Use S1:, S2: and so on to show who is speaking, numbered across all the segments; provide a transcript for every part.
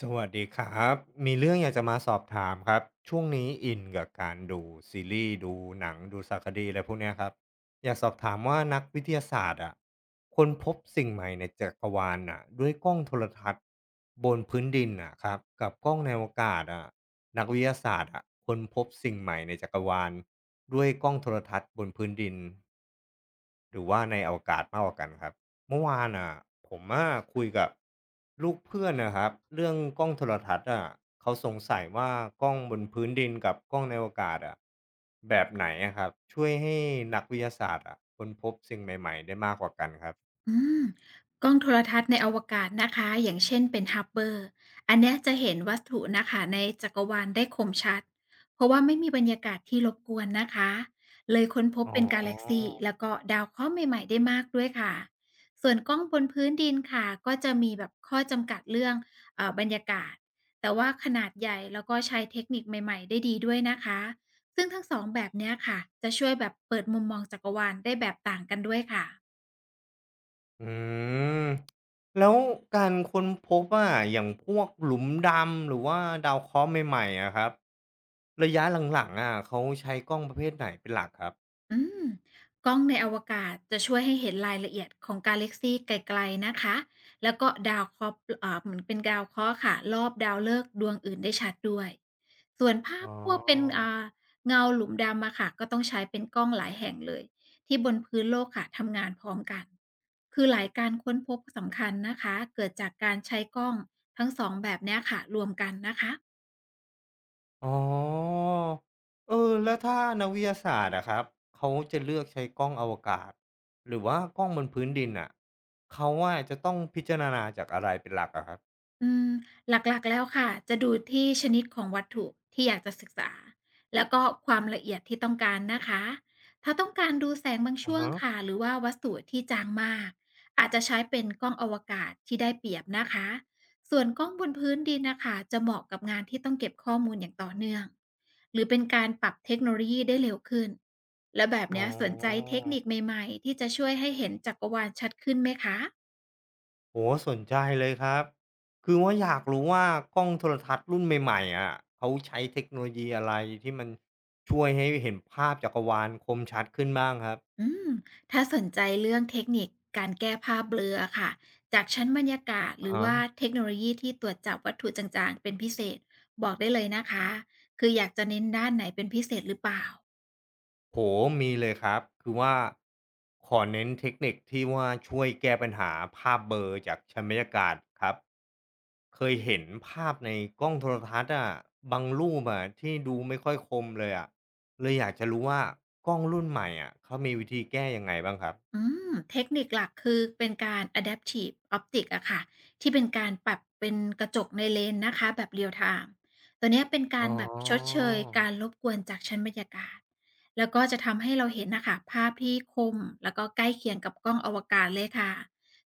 S1: สวัสดีครับมีเรื่องอยากจะมาสอบถามครับช่วงนี้อินกับการดูซีรีส์ดูหนังดูสารคดีอะไรพวกเนี้ยครับอยากสอบถามว่านักวิทยาศาสตร์อ่ะค้นพบสิ่งใหม่ในจักรวาลอ่ะด้วยกล้องโทรทัศน์บนพื้นดินอ่ะครับกับกล้องในอวกาศอ่ะนักวิทยาศาสตร์อ่ะค้นพบสิ่งใหม่ในจักรวาลด้วยกล้องโทรทัศน์บนพื้นดิน หรือว่าในอวกาศมากกว่ากันครับเมื่อวานอ่ะผมอะคุยกับลูกเพื่อนนะครับเรื่องกล้องโทรทัศน์อ่ะเขาสงสัยว่ากล้องบนพื้นดินกับกล้องในอวกาศอ่ะแบบไหนอะครับช่วยให้นักวิทยาศาสตร์อ่ะค้นพบสิ่งใหม่ๆได้มากกว่ากันครับ
S2: อืมกล้องโทรทัศน์ในอวกาศนะคะอย่างเช่นเป็น h เบอร์อันเนี้ยจะเห็นวัตถุนะคะในจักรวาลได้คมชัดเพราะว่าไม่มีบรรยากาศที่รบกวนนะคะเลยค้นพบ
S1: อ๋อ
S2: เป็นกาแล็กซีแล้วก็ดาวเคราะห์ใหม่ๆได้มากด้วยค่ะส่วนกล้องบนพื้นดินค่ะก็จะมีแบบข้อจำกัดเรื่องบรรยากาศแต่ว่าขนาดใหญ่แล้วก็ใช้เทคนิคใหม่ๆได้ดีด้วยนะคะซึ่งทั้งสองแบบเนี้ยค่ะจะช่วยแบบเปิดมุมมองจักรวาลได้แบบต่างกันด้วยค่ะ
S1: อืมแล้วการค้นพบว่าอย่างพวกหลุมดำหรือว่าดาวเคราะห์ใหม่ๆอะครับระยะหลังๆอ่ะเขาใช้กล้องประเภทไหนเป็นหลักครับ
S2: อืมกล้องในอวกาศจะช่วยให้เห็นรายละเอียดของกาแล็กซีไกลๆนะคะ แล้วก็ดาวเคราะห์เอ่าเหมือนเป็นดาวเคราะห์ค่ะรอบดาวฤกษ์ดวงอื่นได้ชัดด้วย ส่วนภา
S1: อ๋
S2: พ
S1: อ
S2: พวกเป็นเงาหลุมดำอะค่ะก็ต้องใช้เป็นกล้องหลายแห่งเลยที่บนพื้นโลกค่ะทำงานพร้อมกัน คือหลายการค้นพบสำคัญนะคะเกิดจากการใช้กล้องทั้งสองแบบเนี้ยค่ะรวมกันนะคะ
S1: อ๋อเออแล้วถ้านักวิทยาศาสตร์อะครับเขาจะเลือกใช้กล้องอวกาศหรือว่ากล้องบนพื้นดินอ่ะเขาว่าจะต้องพิจารณาจากอะไรเป็นหลักอะครับ
S2: อืมหลักๆแล้วค่ะจะดูที่ชนิดของวัตถุที่อยากจะศึกษาแล้วก็ความละเอียดที่ต้องการนะคะถ้าต้องการดูแสงบาง
S1: อะ
S2: ช่วง
S1: ฮะ
S2: ค่ะหรือว่าวัสดุที่จางมากอาจจะใช้เป็นกล้องอวกาศที่ได้เปรียบนะคะส่วนกล้องบนพื้นดินนะคะจะเหมาะกับงานที่ต้องเก็บข้อมูลอย่างต่อเนื่องหรือเป็นการปรับเทคโนโลยีได้เร็วขึ้นและแบบ
S1: อ๋อ
S2: เนี้ยสนใจเทคนิคใหม่ๆที่จะช่วยให้เห็นจักรวาลชัดขึ้นไหมคะ
S1: โอ้โฮสนใจเลยครับคือว่าอยากรู้ว่ากล้องโทรทัศน์รุ่นใหม่ๆอะเขาใช้เทคโนโลยีอะไรที่มันช่วยให้เห็นภาพจักรวาลคมชัดขึ้นบ้างครับ
S2: อืมถ้าสนใจเรื่องเทคนิคการแก้ภาพเบลอค่ะจากชั้นบรรยากาศห
S1: อะ
S2: รือ
S1: ฮะ
S2: ว่าเทคโนโลยีที่ตรวจจับวัตถุจางๆเป็นพิเศษบอกได้เลยนะคะคืออยากจะเน้นด้านไหนเป็นพิเศษหรือเปล่า
S1: โหมีเลยครับ คือว่าขอเน้นเทคนิคที่ว่าช่วยแก้ปัญหาภาพเบลอจากชั้นบรรยากาศครับ เคยเห็นภาพในกล้องโทรทัศน์อะบางรูปอะที่ดูไม่ค่อยคมเลยอะเลยอยากจะรู้ว่ากล้องรุ่นใหม่อะเขามีวิธีแก้ยังไงบ้างครับ
S2: อืเทคนิคหลักคือเป็นการ Adaptive Optics อะค่ะที่เป็นการปรับเป็นกระจกในเลนนะคะแบบ Real Time ตัวเนี้ยเป็น
S1: อ๋
S2: การแบบชดเช
S1: อ
S2: ยการรบกวนจากชั้นบรรยากาศแล้วก็จะทำให้เราเห็นนะคะภาพที่คมแล้วก็ใกล้เคียงกับกล้องอวกาศเลยค่ะ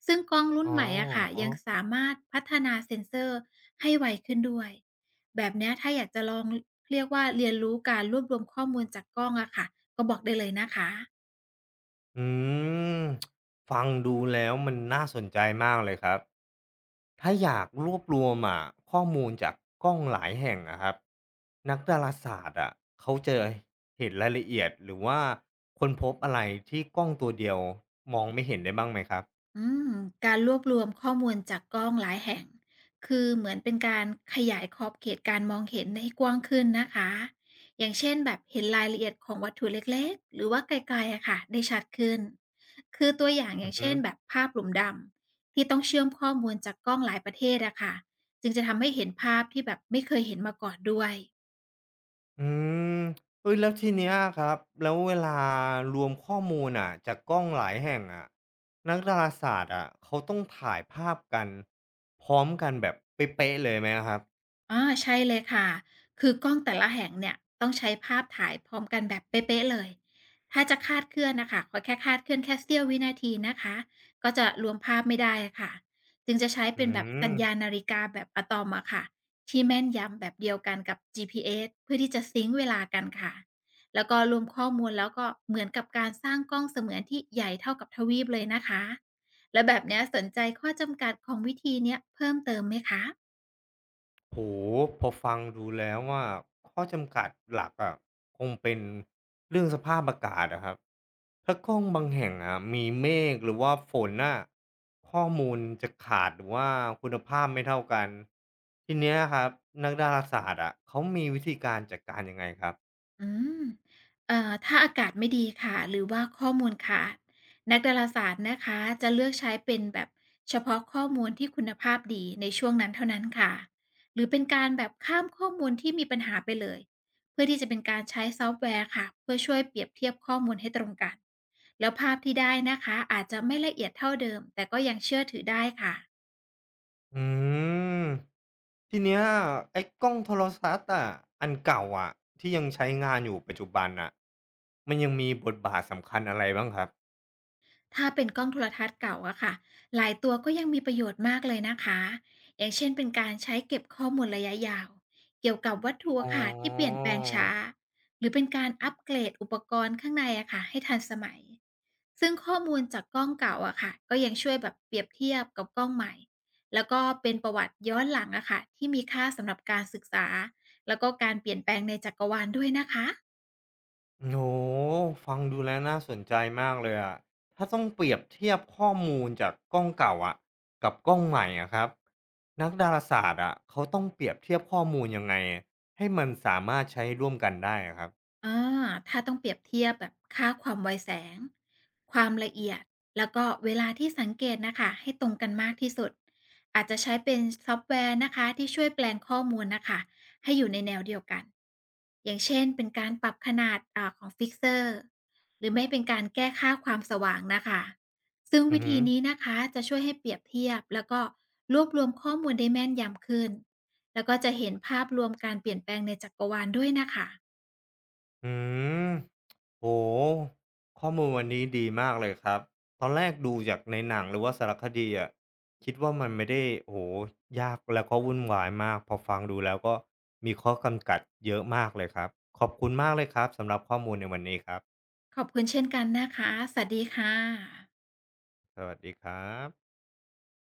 S2: ซึ่งกล้องรุ่
S1: อ๋
S2: น
S1: อ
S2: ใหม่อะค่ะ
S1: อ๋อ
S2: ยังสามารถพัฒนาเซ็นเซอร์ให้ไวขึ้นด้วยแบบเนี้ยถ้าอยากจะลองเรียกว่าเรียนรู้การรวบรวมข้อมูลจากกล้องอะค่ะก็บอกได้เลยนะคะ
S1: อืมฟังดูแล้วมันน่าสนใจมากเลยครับ ถ้าอยากรวบรวมอะข้อมูลจากกล้องหลายแห่งอะครับนักดาราศาสตร์อะเขาจะเห็นรายละเอียดหรือว่าคนพบอะไรที่กล้องตัวเดียวมองไม่เห็นได้บ้างไหมครับ
S2: อืมการรวบรวมข้อมูลจากกล้องหลายแห่งคือเหมือนเป็นการขยายขอบเขตการมองเห็นให้กว้างขึ้นนะคะอย่างเช่นแบบเห็นรายละเอียดของวัตถุเล็กๆหรือว่าไกลๆอะค่ะได้ชัดขึ้นคือตัวอย่างอ
S1: อื
S2: ย่า
S1: อ
S2: ง
S1: ฮึ
S2: เช่นแบบภาพหลุมดำที่ต้องเชื่อมข้อมูลจากกล้องหลายประเทศอะค่ะจึงจะทำให้เห็นภาพที่แบบไม่เคยเห็นมาก่อนด้วย
S1: อืมเอ้ยแล้วทีเนี้ยะครับแล้วเวลารวมข้อมูลอ่ะจากกล้องหลายแห่งอะนักดาราศาสตร์อะเขาต้องถ่ายภาพกันพร้อมกันแบบเป๊ะๆเลยไหมครับ
S2: อาใช่เลยค่ะคือกล้องแต่ละแห่งเนี่ยต้องใช้ภาพถ่ายพร้อมกันแบบเป๊ะๆเลยถ้าจะคลาดเคลื่อนน่ะคะขอแค่คลาดเคลื่อนแค่เสี้ยววินาทีนะคะก็จะรวมภาพไม่ได้ค่ะจึงจะใช้
S1: อื
S2: เป็นแบบสัญญาณ
S1: ม
S2: นาฬิกาแบบอะตอมอะค่ะที่แม่นยำแบบเดียวกันกับ GPS เพื่อที่จะซิงค์เวลากันค่ะแล้วก็รวมข้อมูลแล้วก็เหมือนกับการสร้างกล้องเสมือนที่ใหญ่เท่ากับทวีปเลยนะคะแล้วแบบเนี้ยสนใจข้อจำกัดของวิธีเนี้ยเพิ่มเติมไหมคะ
S1: โอ้โฮพอฟังดูแล้วอะข้อจำกัดหลักอะคงเป็นเรื่องสภาพอากาศอะครับถ้ากล้องบางแห่งอะมีเมฆหรือว่าฝนน่ะข้อมูลจะขาดหรือว่าคุณภาพไม่เท่ากันทีเนี้ยครับนักดาราศาสตร์อะเขามีวิธีการจัดการยังไงครับ
S2: อืมถ้าอากาศไม่ดีค่ะหรือว่าข้อมูลขาดนักดาราศาสตร์นะคะจะเลือกใช้เป็นแบบเฉพาะข้อมูลที่คุณภาพดีในช่วงนั้นเท่านั้นค่ะหรือเป็นการแบบข้ามข้อมูลที่มีปัญหาไปเลยเพื่อที่จะเป็นการใช้ซอฟต์แวร์ค่ะเพื่อช่วยเปรียบเทียบข้อมูลให้ตรงกันแล้วภาพที่ได้นะคะอาจจะไม่ละเอียดเท่าเดิมแต่ก็ยังเชื่อถือได้ค่ะ
S1: อืมทีเนี้ยไอ้กล้องโทรทัศน์อะอันเก่าอะที่ยังใช้งานอยู่ปัจจุบันน่ะมันยังมีบทบาทสำคัญอะไรบ้างครับ
S2: ถ้าเป็นกล้องโทรทัศน์เก่าอะค่ะหลายตัวก็ยังมีประโยชน์มากเลยนะคะ อย่างเช่นเป็นการใช้เก็บข้อมูลระยะยาวเกี่ยวกับวัตถุ
S1: อ๋
S2: อะค่ะที่เปลี่ยน
S1: อ
S2: แปลงช้าหรือเป็นการอัปเกรดอุปกรณ์ข้างในอะค่ะให้ทันสมัยซึ่งข้อมูลจากกล้องเก่าอะค่ะก็ยังช่วยแบบเปรียบเทียบกับกล้องใหม่แล้วก็เป็นประวัติย้อนหลังอะค่ะที่มีค่าสำหรับการศึกษาแล้วก็การเปลี่ยนแปลงในจักรวาลด้วยนะคะ
S1: โอ้โหฟังดูแล้วน่าสนใจมากเลยอะถ้าต้องเปรียบเทียบข้อมูลจากกล้องเก่าอะกับกล้องใหม่อะครับนักดาราศาสตร์อะเขาต้องเปรียบเทียบข้อมูลยังไงให้มันสามารถใช้ร่วมกันได้อะครับ
S2: อาถ้าต้องเปรียบเทียบแบบค่าความไวแสงความละเอียดแล้วก็เวลาที่สังเกตนะคะให้ตรงกันมากที่สุดอาจจะใช้เป็นซอฟต์แวร์นะคะที่ช่วยแปลงข้อมูลนะคะให้อยู่ในแนวเดียวกันอย่างเช่นเป็นการปรับขนาดของฟิกเซอร์หรือไม่เป็นการแก้ค่าความสว่างนะคะซึ่ง
S1: อื
S2: วิ
S1: อฮึ
S2: ธีนี้นะคะจะช่วยให้เปรียบเทียบแล้วก็รวบรวมข้อมูลได้แม่นยำขึ้นแล้วก็จะเห็นภาพรวมการเปลี่ยนแปลงในจักรวาลด้วยนะคะ
S1: อืมโอ้โฮข้อมูลวันนี้ดีมากเลยครับตอนแรกดูจากในหนังหรือว่าสารคดีอะคิดว่ามันไม่ได้โอ้โฮยากแล้วก็วุ่นวายมากพอฟังดูแล้วก็มีข้อจำกัดเยอะมากเลยครับขอบคุณมากเลยครับสำหรับข้อมูลในวันนี้ครับ
S2: ขอบคุณเช่นกันนะคะ สวัสดีค่ะ
S1: สวัสดีครับ